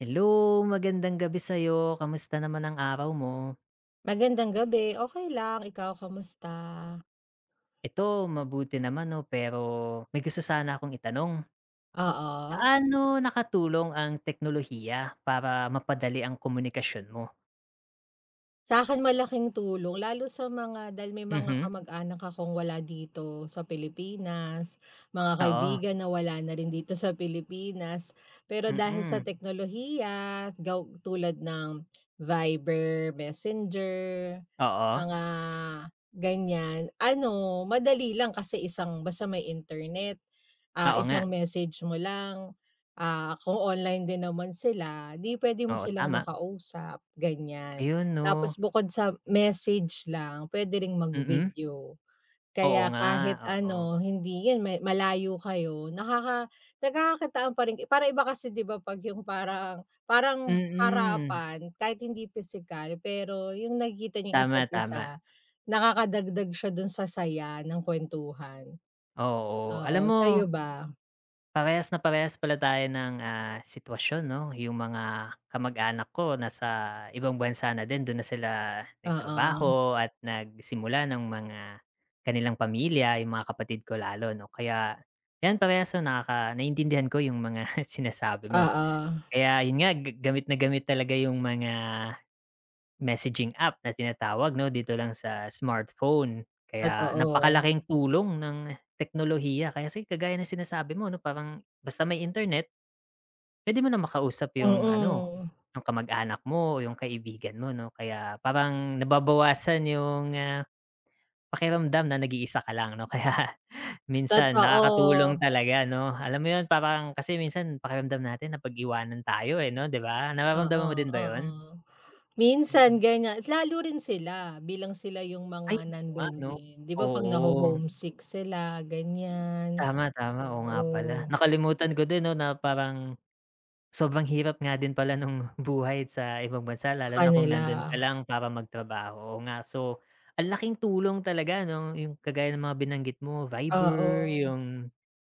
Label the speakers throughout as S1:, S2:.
S1: Hello, magandang gabi sa'yo. Kamusta naman ang araw mo?
S2: Magandang gabi, okey lang. Ikaw kamusta?
S1: Ito, mabuti naman 'no, pero may gusto sana akong itanong.
S2: Oo.
S1: Paano nakatulong ang teknolohiya para mapadali ang komunikasyon mo?
S2: Sa akin malaking tulong lalo sa mga dahil may mga
S1: Mhm,
S2: kamag-anak akong wala dito sa Pilipinas, mga
S1: oo,
S2: kaibigan na wala na rin dito sa Pilipinas. Pero dahil sa
S1: mm,
S2: teknolohiya, gaw tulad ng Viber, Messenger,
S1: oo,
S2: mga ganyan, ano, madali lang kasi isang basta may internet,
S1: oo nga,
S2: isang message mo lang, kung online din naman sila, 'di puwede mo
S1: oo,
S2: silang
S1: tama.
S2: makausap, ganyan.
S1: Ayun 'no,
S2: Tapos bukod sa message lang puwede ring
S1: mm,
S2: mag-video.
S1: oo
S2: Kaya
S1: nga,
S2: kahit
S1: oo,
S2: ano hindi 'yan may malayo kayo nakaka nagkakakitaan pa rin parang iba kasi 'di ba 'pag yung parang parang
S1: mm,
S2: harapan kahit hindi pisikal pero yung nakikita niyong
S1: tama,
S2: isa't
S1: tama,
S2: isa, nakakadagdag siya dun sa saya ng kuwentuhan.
S1: oo. Alam
S2: Oo,
S1: mo.
S2: sa'yo ba?
S1: Parehas na parehas pala tayo ng, sitwasyon 'no? Yung mga kamag-anak ko nasa ibang bansa na din, dun na sila
S2: Oo,
S1: nagtrabaho at nagsimula ng mga kanilang pamilya, yung mga kapatid ko lalo 'no? Kaya yan parehas na nakaka naiintindihan ko yung mga sinasabi mo.
S2: oo,
S1: Kaya yun nga gamit na gamit talaga yung mga messaging app na tinatawag 'no, dito lang sa smartphone. Kaya
S2: totoo.
S1: napakalaking tulong ng teknolohiya. Kaya kasi kagaya ng sinasabi mo 'no, parang basta may internet pwede mo na makausap yung ano,
S2: Mm,
S1: yung kamag-anak mo o yung kaibigan mo 'no. Kaya parang nababawasan yung, pakiramdam na nag-iisa ka lang 'no. Kaya minsan nakakatulong
S2: totoo.
S1: talaga 'no. Alam mo yun, parang kasi minsan pakiramdam natin napag-iwanan tayo, eh, 'no, 'di ba?
S2: Oo,
S1: Nararamdaman mo din ba
S2: oo.
S1: yon?
S2: Minsan ganyan lalo rin sila bilang sila yung mga
S1: Ay, oo nga
S2: nandun
S1: 'no,
S2: din. 'Di ba 'pag
S1: oo.
S2: naho-homesick sila ganyan,
S1: Tama, tama. Oo nga
S2: oo,
S1: pala. Nakalimutan ko din 'no, na parang sobrang hirap nga din pala nung buhay sa ibang bansa
S2: sa
S1: lalo na kung
S2: kanila.
S1: nandun ka lang para magtrabaho, oo nga. So, ang laking tulong talaga 'no, yung kagaya ng mga binanggit mo, Viber,
S2: Oo,
S1: yung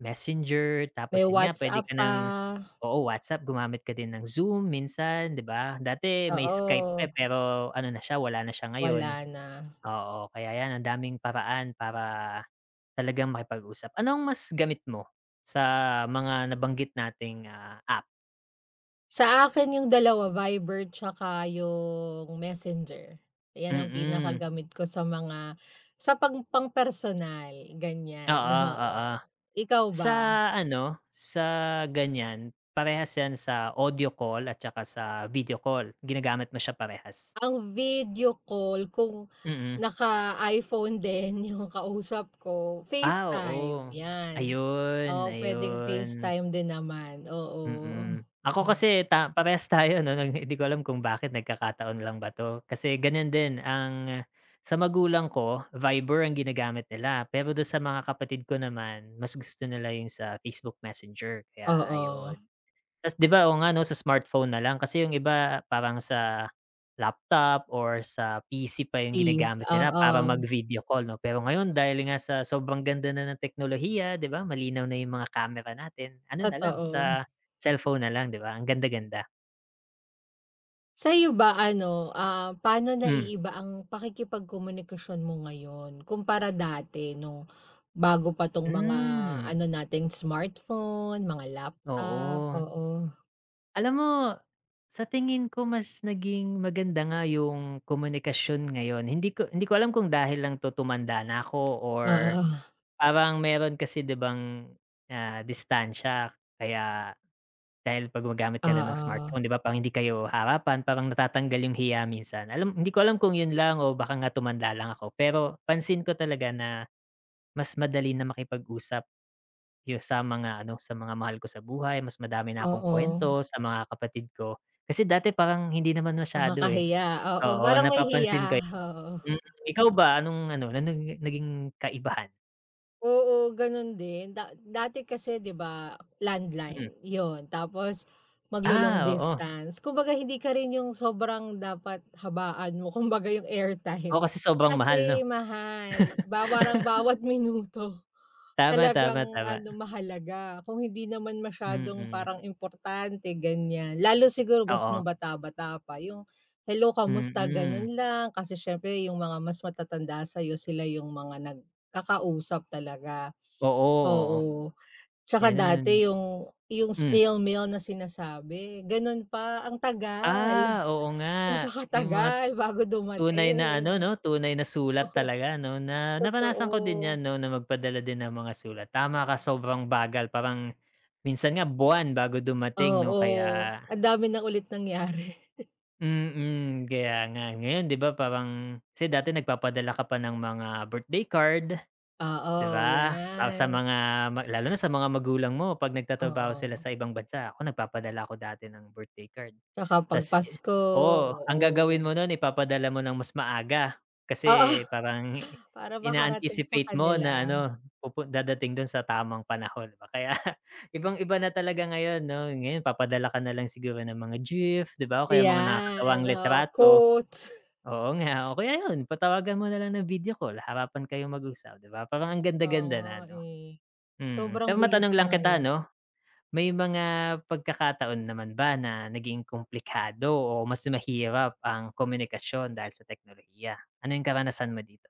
S1: Messenger,
S2: may
S1: tapos yun nga puwede
S2: WhatsApp
S1: ka
S2: pa,
S1: ng oo, WhatsApp, gumamit ka din ng Zoom minsan, 'di ba? Dati may Skype
S2: oo,
S1: pa, eh, pero ano na siya, wala na siya
S2: wala
S1: ngayon.
S2: na.
S1: Oo, kaya 'yan ang daming paraan para talagang makipag-usap. Anong mas gamit mo sa mga nabanggit nating, app?
S2: Sa akin yung dalawa Viber tsaka yung Messenger. 'Yan ang
S1: Mm.
S2: pinakagamit ko sa mga sa pang pang personal ganyan,
S1: Oo,
S2: oo.
S1: oo.
S2: Ikaw
S1: Sa
S2: ba?
S1: ano, sa ganyan, parehas 'yan sa audio call at saka sa video call, ginagamit mo siya parehas?
S2: Ang video call kung
S1: Mm.
S2: naka-iPhone din yung kausap ko,
S1: Ah,
S2: FaceTime,
S1: oo.
S2: 'yan.
S1: Ayun,
S2: Oo, puwedeng
S1: ayun.
S2: FaceTime din naman, oo.
S1: Mm. Ako
S2: Ayan,
S1: kasi ta parehas tayo 'no, hindi ko alam kung bakit nagkakataon lang ba 'to, kasi ganyan din ang sa magulang ko, Viber ang ginagamit nila, pero dun sa mga kapatid ko naman mas gusto nila yung sa Facebook Messenger, kaya
S2: oo,
S1: ayun. Tas 'di ba, oo nga 'no, sa smartphone na lang kasi yung iba parang sa laptop or sa PC pa yung
S2: please,
S1: ginagamit nila para
S2: oo,
S1: mag-video call 'no. Pero ngayon dahil nga sa sobrang ganda na ng teknolohiya 'di ba, malinaw na yung mga camera natin, ano na lang
S2: totoo.
S1: sa cellphone na lang 'di ba, ang ganda-ganda.
S2: Sa'yo ba ano, ah, paano
S1: Hmm.
S2: naiiba ang pakikipagkomunikasyon mo ngayon kumpara dati nung bago pa 'tong mga
S1: Hmm,
S2: ano natin, smartphone, mga laptop,
S1: oo.
S2: oo,
S1: Alam mo, sa tingin ko mas naging maganda nga yung komunikasyon ngayon. Hindi ko alam kung dahil lang 'to tumanda na ako or
S2: oo,
S1: parang meron kasi 'di bang, distansiya kaya dahil 'pag gumagamit ka lang ng
S2: oo.
S1: smartphone 'di ba parang hindi kayo harapan, parang natatanggal yung hiya minsan. Hindi ko alam kung yun lang o baka nga tumanda lang ako, pero pansin ko talaga na mas madali na makipag-usap sa mga ano, sa mga mahal ko sa buhay, mas madami na akong
S2: Oo,
S1: kuwento sa mga kapatid ko. Kasi dati parang hindi naman masyado, eh.
S2: nakakahiya. Oo,
S1: Oo,
S2: parang may hiya,
S1: napapansin ko yun.
S2: oo.
S1: Mm. Ikaw ba anong ano, anong naging kaibahan?
S2: Oo, gano'n din. Da dati kasi 'di ba,
S1: Mm.
S2: landline, yon. Tapos maglo-long
S1: Ah, oo.
S2: distance. Kumbaga hindi ka rin 'yung sobrang dapat habaan mo, kumbaga 'yung
S1: Oo,
S2: airtime.
S1: kasi sobrang mahal 'no?
S2: Kasi mahal, bawarang bawat minuto.
S1: Tama,
S2: Talagang
S1: tama,
S2: ano,
S1: tama.
S2: mahalaga kung hindi naman masyadong
S1: Mm,
S2: parang importante ganyan. Lalo siguro mas nung
S1: oo.
S2: bata-bata pa yung, "Hello kamusta?"
S1: Mm.
S2: ganun lang. Kasi siyempre yung mga mas matatanda sa'yo sila yung mga nagkakausap talaga,
S1: Oo, oo,
S2: oo. Tsaka
S1: gano'n.
S2: dati yung
S1: Hmm.
S2: snail mail na sinasabi ganun pa, ang tagal,
S1: Ah, oo nga. Yung mga
S2: napakatagal bago
S1: tunay na ano
S2: dumating.
S1: 'no, tunay na sulat
S2: Oo,
S1: talaga 'no, na naranasan
S2: totoo.
S1: ko din 'yan 'no, na magpadala din ng mga sulat. Tama ka, sobrang bagal parang minsan nga buwan bago dumating 'no,
S2: Oo,
S1: kaya
S2: ang dami ng ulit nangyari.
S1: mm, kaya nga. Ngayon 'di ba parang kasi dati nagpapadala ka pa ng mga birthday card. 'Di
S2: Oo,
S1: ba? Para sa
S2: 'yan,
S1: mga lalo na sa mga magulang mo 'pag nagtatrabaho sila
S2: oo.
S1: sa ibang bansa, ako nagpapadala ako dati ng birthday card.
S2: Tsaka 'pag
S1: Tas
S2: Pasko,
S1: oo, ang gagawin
S2: oo.
S1: mo nun ipapadala mo ng mas maaga
S2: Oo,
S1: kasi parang
S2: para makarating sa
S1: ina-anticipate mo na
S2: kanila.
S1: ano, dadating dun sa tamang panahon 'di ba? Kaya ibang-iba na talaga ngayon 'no? Ngayon papadala ka na lang siguro ng mga GIF 'di ba o kaya mga
S2: 'Yan,
S1: nakakatawang
S2: oo,
S1: litrato.
S2: coat.
S1: Oo nga, o kaya yun patawagan mo na lang ng video call, harapan kayong mag-usap, 'di ba? Parang ang
S2: Oo
S1: ganda-ganda
S2: nga,
S1: na, ano?
S2: eh,
S1: Mm.
S2: sobrang
S1: Pero
S2: bilis
S1: matanong
S2: na
S1: lang kita,
S2: ngayon.
S1: 'no, may mga pagkakataon naman ba na naging komplikado o mas mahirap ang komunikasyon dahil sa teknolohiya? Ano yung karanasan mo dito?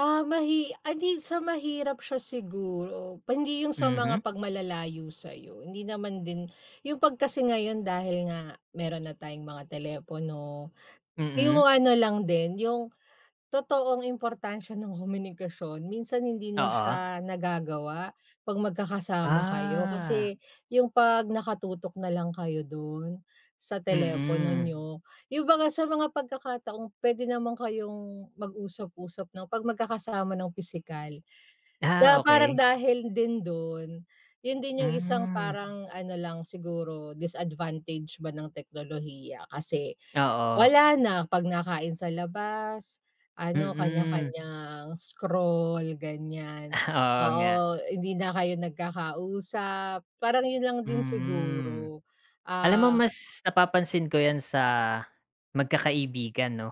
S2: Ah, mahi hindi sa mahirap siya siguro, Pa- hindi 'yung sa
S1: Mhm,
S2: mga pagmalalayo sa sa'yo, hindi naman din 'yung 'pag kasi ngayon dahil nga meron na tayong mga telepono, 'yung
S1: mm.
S2: ano lang din, 'yung totoo ang importansya ng komunikasyon. Minsan hindi na
S1: Oo.
S2: siya nagagawa 'pag magkakasama kayo
S1: Ah,
S2: kasi yung 'pag nakatutok na lang kayo dun sa telepono
S1: mm.
S2: niyo, yung mga sa mga pagkakataong puwede naman kayong mag-usap-usap ng 'pag magkakasama ng pisikal.
S1: Ah,
S2: Na parang
S1: okey.
S2: dahil din dun, yun din yung isang
S1: Hmm,
S2: parang ano lang siguro disadvantage ba ng teknolohiya kasi
S1: oo.
S2: wala na, 'pag nakain sa labas, ano
S1: Mm.
S2: kanya-kanyang scroll, ganyan.
S1: Oo nga.
S2: Oo, hindi na kayo nagkakausap, parang yun lang din
S1: Mm.
S2: siguro.
S1: Alam mo
S2: Ah,
S1: mas napapansin ko 'yan sa magkakaibigan 'no.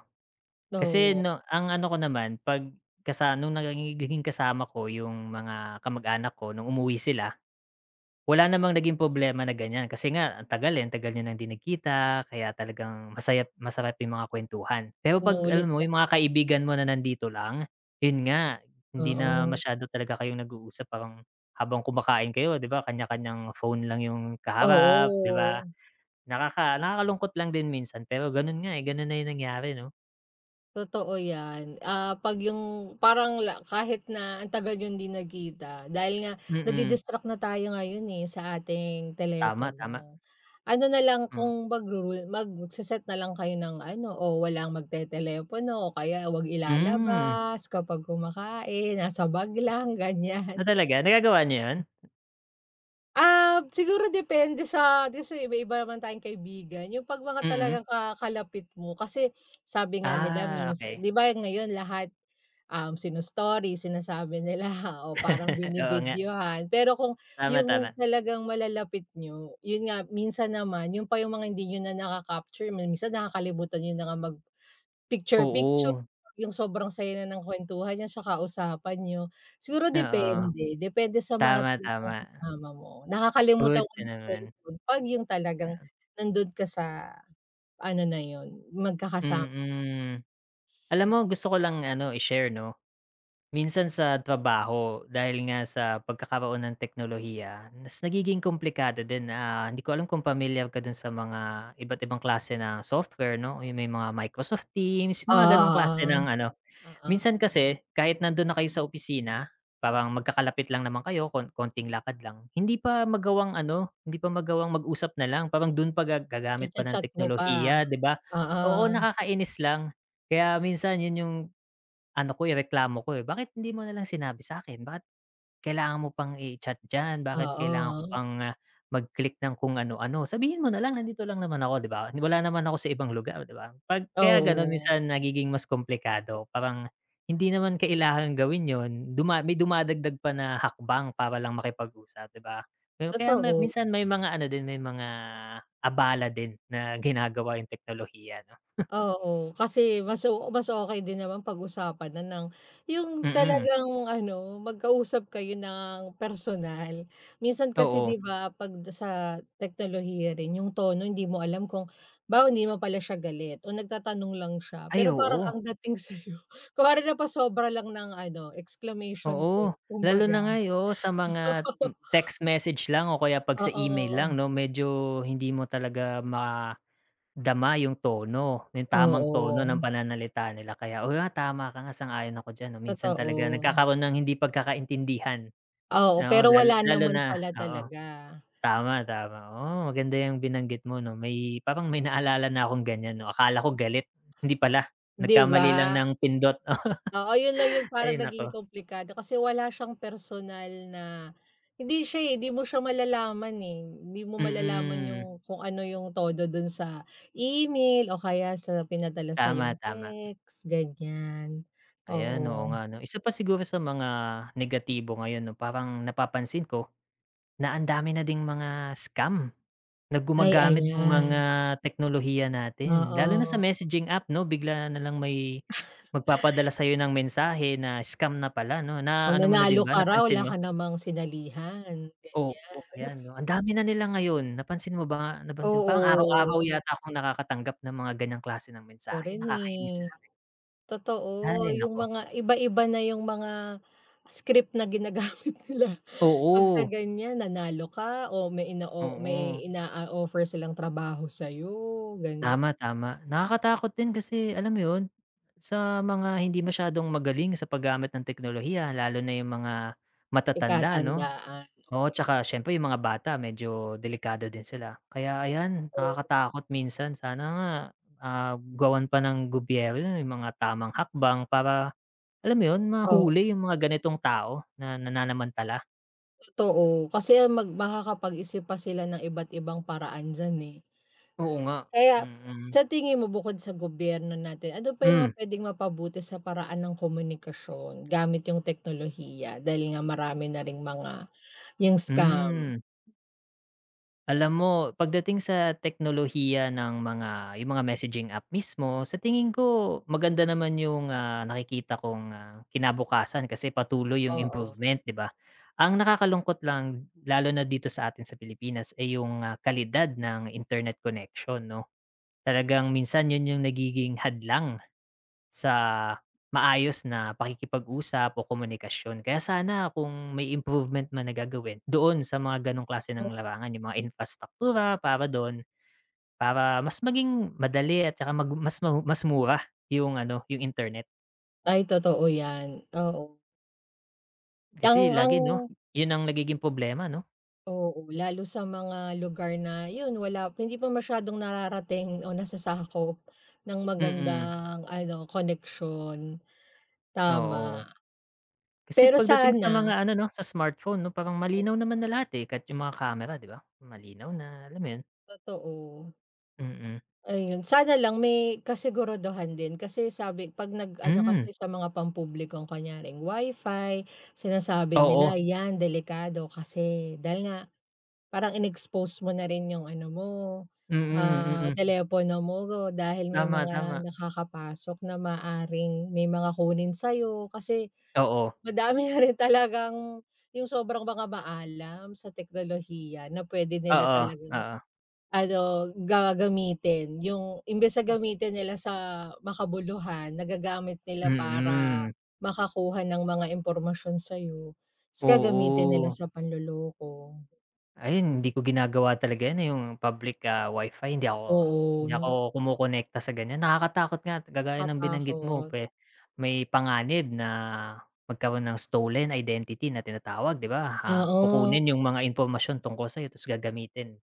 S1: Kasi
S2: oo,
S1: 'no, ang ano ko naman 'pag nung nagiging kasama ko yung mga kamag-anak ko nung umuwi sila, wala namang naging problema na ganiyan. Kasi nga ang tagal, eh, ang tagal niyo ng 'di nagkita kaya talagang masaya masarap yung mga kuwentuhan. Pero 'pag
S2: inulit
S1: alam mo
S2: na
S1: yung mga kaibigan mo na nandito lang, yun nga, hindi na
S2: oo,
S1: masyado talaga kayong nag-uusap parang habang kumakain kayo 'di ba, kanya-kanyang phone lang yung kaharap, 'di ba?
S2: oo.
S1: Nakakalungkot lang din minsan pero gano'n nga, eh, gano'n na 'yung nangyari 'no?
S2: Totoo yan, ah, 'pag yung parang la kahit na ang tagal yun di nagkita dahil nga
S1: Mm.
S2: nadi-distract na tayo ngayon, eh, sa ating
S1: Tama, tama,
S2: telepono. Ano na lang
S1: hmm.
S2: kung magru-rule magse-set na lang kayo ng ano, o walang telepono o kaya 'wag
S1: Hmm,
S2: ilalabas kapag kumakain, nasa bag lang
S1: ah,
S2: ganyan.
S1: talaga nagagawa niyo 'yun?
S2: Ah, siguro depende sa di sa iba-iba naman tayong kaibigan, yung 'pag mga
S1: Mm.
S2: talagang ka kalapit mo kasi sabi nga nila
S1: Ah,
S2: minsan
S1: okey.
S2: 'di ba ngayon lahat. Sino-story, sinasabi nila o parang
S1: Oo nga,
S2: binibidyohan. Pero kung
S1: tama,
S2: yung
S1: tama.
S2: talagang malalapit nyo yun nga minsan naman yun pa yung mga hindi nyo na naka-capture, minsan nakakalimutan niyo na nga mag-picture-picture,
S1: Oo,
S2: yung sobrang saya na ng kuwentuhan niyo tsaka usapan niyo. Siguro
S1: oo.
S2: depende, depende sa mga
S1: Tama,
S2: talagang
S1: tama.
S2: kasama mo. Nakakalimutan ko
S1: Buti
S2: ng
S1: naman,
S2: cellphone 'pag yung talagang nandun ka sa ano na yun, magkakasama.
S1: mm. Alam mo gusto ko lang ano i-share 'no. Minsan sa trabaho dahil nga sa pagkakaroon ng teknolohiya, mas nagiging komplikado din, ah, hindi ko alam kung pamilyar ka dun sa mga iba't ibang klase ng software 'no, yung may mga Microsoft Teams,
S2: Oo,
S1: mga ganong klase ng ano.
S2: oo, oo.
S1: Minsan kasi kahit nandun na kayo sa opisina, parang magkakalapit lang naman kayo konting lakad lang, hindi pa magawang ano, hindi pa magawang mag-usap na lang parang dun pa gagamit pa
S2: I
S1: ng
S2: chat mo pa.
S1: teknolohiya, 'di ba?
S2: Oo,
S1: Oo, nakakainis lang. Kaya minsan yun yung ano ko, eh, reklamo ko, eh, "Bakit hindi mo na lang sinabi sa akin? Bakit kailangan mo pang i-chat diyan? Bakit kailangan ko
S2: oo,
S1: pang, mag-click ng kung ano-ano? Sabihin mo na lang, nandito lang naman ako." 'Di ba? Wala naman ako sa ibang lugar, 'di ba? 'Pag kaya gano'n
S2: oo,
S1: minsan nagiging mas komplikado, parang hindi naman kailangan gawin yon may dumadagdag pa na hakbang para lang makipag-usap, 'di ba? Pero kaya
S2: totoo.
S1: minsan may mga ano din, may mga abala din na ginagawa yung teknolohiya 'no.
S2: Oo, kasi mas o mas okey din naman pag-usapan na ng yung
S1: Mm,
S2: talagang ano, magkausap kayo ng personal. Minsan kasi
S1: oo.
S2: 'di ba 'pag sa teknolohiya rin yung tono hindi mo alam kung halimbawa hindi naman pala siya galit o nagtatanong lang siya,
S1: Ay,
S2: pero parang
S1: oo.
S2: ang dating sa'yo kunwari napasobra lang ng ano, exclamation
S1: Oo,
S2: point
S1: lalo
S2: kumbaga.
S1: na nga, eh, oo, sa mga hmm, text message lang o kaya 'pag sa email
S2: Oo,
S1: lang 'no, medyo hindi mo talaga madama yung tono, yung tamang tono ng
S2: oo,
S1: pananalita nila. Kaya, oo nga, tama ka nga, sang-ayon ako diyan 'no, minsan talaga
S2: totoo.
S1: nagkakaroon ng hindi pagkakaintindihan.
S2: Oo,
S1: No,
S2: pero
S1: lalo
S2: wala
S1: lalo
S2: naman
S1: na
S2: pala
S1: oo,
S2: talaga,
S1: tama, tama. Oo, maganda yung binanggit mo 'no, may parang may naalala na akong ganyan 'no, akala ko galit, hindi pala,
S2: 'di ba?
S1: nagkamali lang ng pindot.
S2: Oo, yun lang yung parang
S1: Ay naku,
S2: naging komplikado kasi wala siyang personal na hindi siya, eh, hindi mo siya malalaman, eh. Hindi mo malalaman
S1: mm,
S2: yung kung ano yung todo dun sa email o kaya sa pinadala sa
S1: tama,
S2: yung
S1: tama.
S2: text, ganyan.
S1: Ayan, oo
S2: Oo.
S1: nga 'no. Isa pa siguro sa mga negatibo ngayon 'no, parang napapansin ko na ang dami na ding mga scam na
S2: Ay,
S1: gumagamit ng
S2: ayan,
S1: mga teknolohiya natin. Lalo na sa
S2: oo.
S1: messaging app 'no, bigla na lang may magpapadala sa'yo ng mensahe na scam na pala 'no.
S2: O
S1: Na ano mo na din
S2: nanalo
S1: ba,
S2: ka raw, wala
S1: napansin mo?
S2: ka namang sinalihan,
S1: Oo, oo,
S2: ganyan.
S1: ayan 'no. Ang dami na nila ngayon. Napansin mo ba, napansin mo? Parang
S2: Oo,
S1: araw-araw yata akong nakakatanggap ng mga ganyang klase ng
S2: ako
S1: mensahe,
S2: rin,
S1: nakakainis
S2: eh.
S1: lang.
S2: Totoo,
S1: Ay
S2: yung
S1: nako.
S2: mga iba-iba na yung mga script na ginagamit nila 'pag sa
S1: Oo,
S2: ganyan nanalo ka o may inao
S1: oo.
S2: may ina-o-offer silang trabaho sa'yo ganyan,
S1: Tama, tama. Nakakatakot din kasi alam mo 'yun, sa mga hindi masyadong magaling sa paggamit ng teknolohiya lalo na yung mga matatanda 'no?
S2: pagkatandaan.
S1: Oo, tsaka siyempre yung mga bata medyo delikado din sila. Kaya ayan,
S2: Oo,
S1: nakakatakot minsan sana nga, gawan pa ng gobyerno yung mga tamang hakbang para alam mo 'yun,
S2: oo,
S1: mahuli yung mga ganitong tao na nananamantala.
S2: totoo kasi mag makakapag-isip pa sila ng iba't ibang paraan diyan, eh.
S1: Oo nga,
S2: Kaya
S1: mm-mm.
S2: sa tingin mo bukod sa gobyerno natin, ano pa yung mga
S1: Mm.
S2: puwedeng mapabuti sa paraan ng komunikasyon gamit yung teknolohiya dahil nga marami na ring mga yung
S1: Hmm,
S2: scam?
S1: hmm. Alam mo, pagdating sa teknolohiya ng mga yung mga messaging app mismo, sa tingin ko maganda naman yung, nakikita kong, kinabukasan kasi patuloy yung
S2: Oo.
S1: improvement, 'di ba? Ang nakakalungkot lang lalo na dito sa atin sa Pilipinas ay yung, kalidad ng internet connection 'no. Talagang minsan yun yung nagiging hadlang sa maayos na pakikipag-usap o komunikasyon. Kaya sana kung may improvement man na gagawin doon sa mga gano'ng klase ng larangan, yung mga infrastruktura para doon para mas maging madali at saka mag mas ma mas mura yung ano, yung internet.
S2: Ay totoo 'yan, oo.
S1: Kasi
S2: Ang
S1: lagi 'no, yun ang nagiging problema 'no?
S2: oo, lalo sa mga lugar na 'yun wala hindi pa masyadong nararating o nasasakop ng
S1: Mm,
S2: magandang ano connection tama.
S1: oo. Kasi
S2: Pero
S1: pagdating sa
S2: sana
S1: mga ano 'no, sa smartphone 'no, parang
S2: oo,
S1: malinaw naman na lahat, eh, kahit yung mga camera 'di ba, malinaw na, alam mo yun?
S2: totoo,
S1: Mm.
S2: ayun. Sana lang may kasiguraduhan din kasi sabi 'pag nag-ano
S1: Mm,
S2: kasi sa mga pampublikong kunyaring wifi fi sinasabi
S1: oo.
S2: nila 'yan delikado kasi dahil nga parang in-expose mo na rin yung ano mo, mm,
S1: Mm,
S2: ah,
S1: mm.
S2: telepono mo dahil may
S1: Tama,
S2: mga
S1: tama.
S2: nakakapasok na maaaring may mga kunin sa'yo kasi
S1: Oo,
S2: madami na rin talagang yung sobrang mga maalam sa teknolohiya na pwede nila
S1: oo,
S2: talagang
S1: oo.
S2: ano, gagamitin yung imbes na gamitin nila sa makabuluhan nagagamit nila para
S1: Mm,
S2: makakuha ng mga impormasyon sa'yo ta's gagamitin nila
S1: oo.
S2: sa panloloko.
S1: Ayun hindi ko ginagawa talaga 'yan, eh, yung public, wifi
S2: Oo,
S1: hindi ako
S2: 'no?
S1: kumokonekta sa ganiyan. Nakakatakot nga kagaya ng binanggit mo
S2: Katakot,
S1: may panganib na magkaroon ng stolen identity na tinatawag, 'di ba? Ah,
S2: oo,
S1: kukunin yung mga impormasyon tungkol sa'yo ta's gagamitin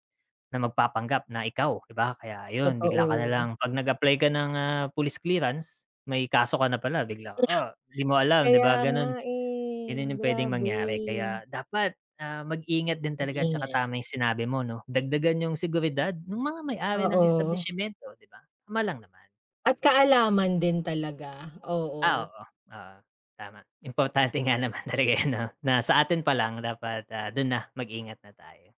S1: na magpapanggap na ikaw, 'di ba? Kaya ayun bigla ka na
S2: totoo.
S1: lang 'pag nag-apply ka ng, police clearance, may kaso ka na pala bigla, ah, 'di mo alam, 'di
S2: Kaya
S1: ba,
S2: nga,
S1: gano'n.
S2: eh,
S1: Gano'n yung puwedeng
S2: grabe.
S1: mangyari kaya dapat, mag-ingat din talaga at saka
S2: Mag-ingat,
S1: tama yung sinabi mo 'no, dagdagan yung seguridad nung mga may-ari ng
S2: oo.
S1: establisyemento, 'di ba? Tama lang naman.
S2: At kaalaman din talaga, oo,
S1: Ah, oo, oo, tama. Importante nga naman talaga 'yun 'no, na sa atin pa lang dapat, do'n na mag-ingat na tayo.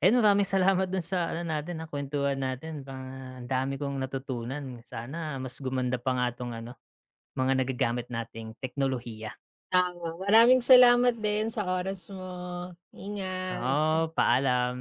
S1: Ayun, maraming salamat do'n sa ano natin, kuwentuhan natin pang ang dami kong natutunan. Sana mas gumanda pa nga 'tong ano, mga nagagamit nating teknolohiya.
S2: tama. Maraming salamat din sa oras mo, ingat.
S1: Oo, paalam.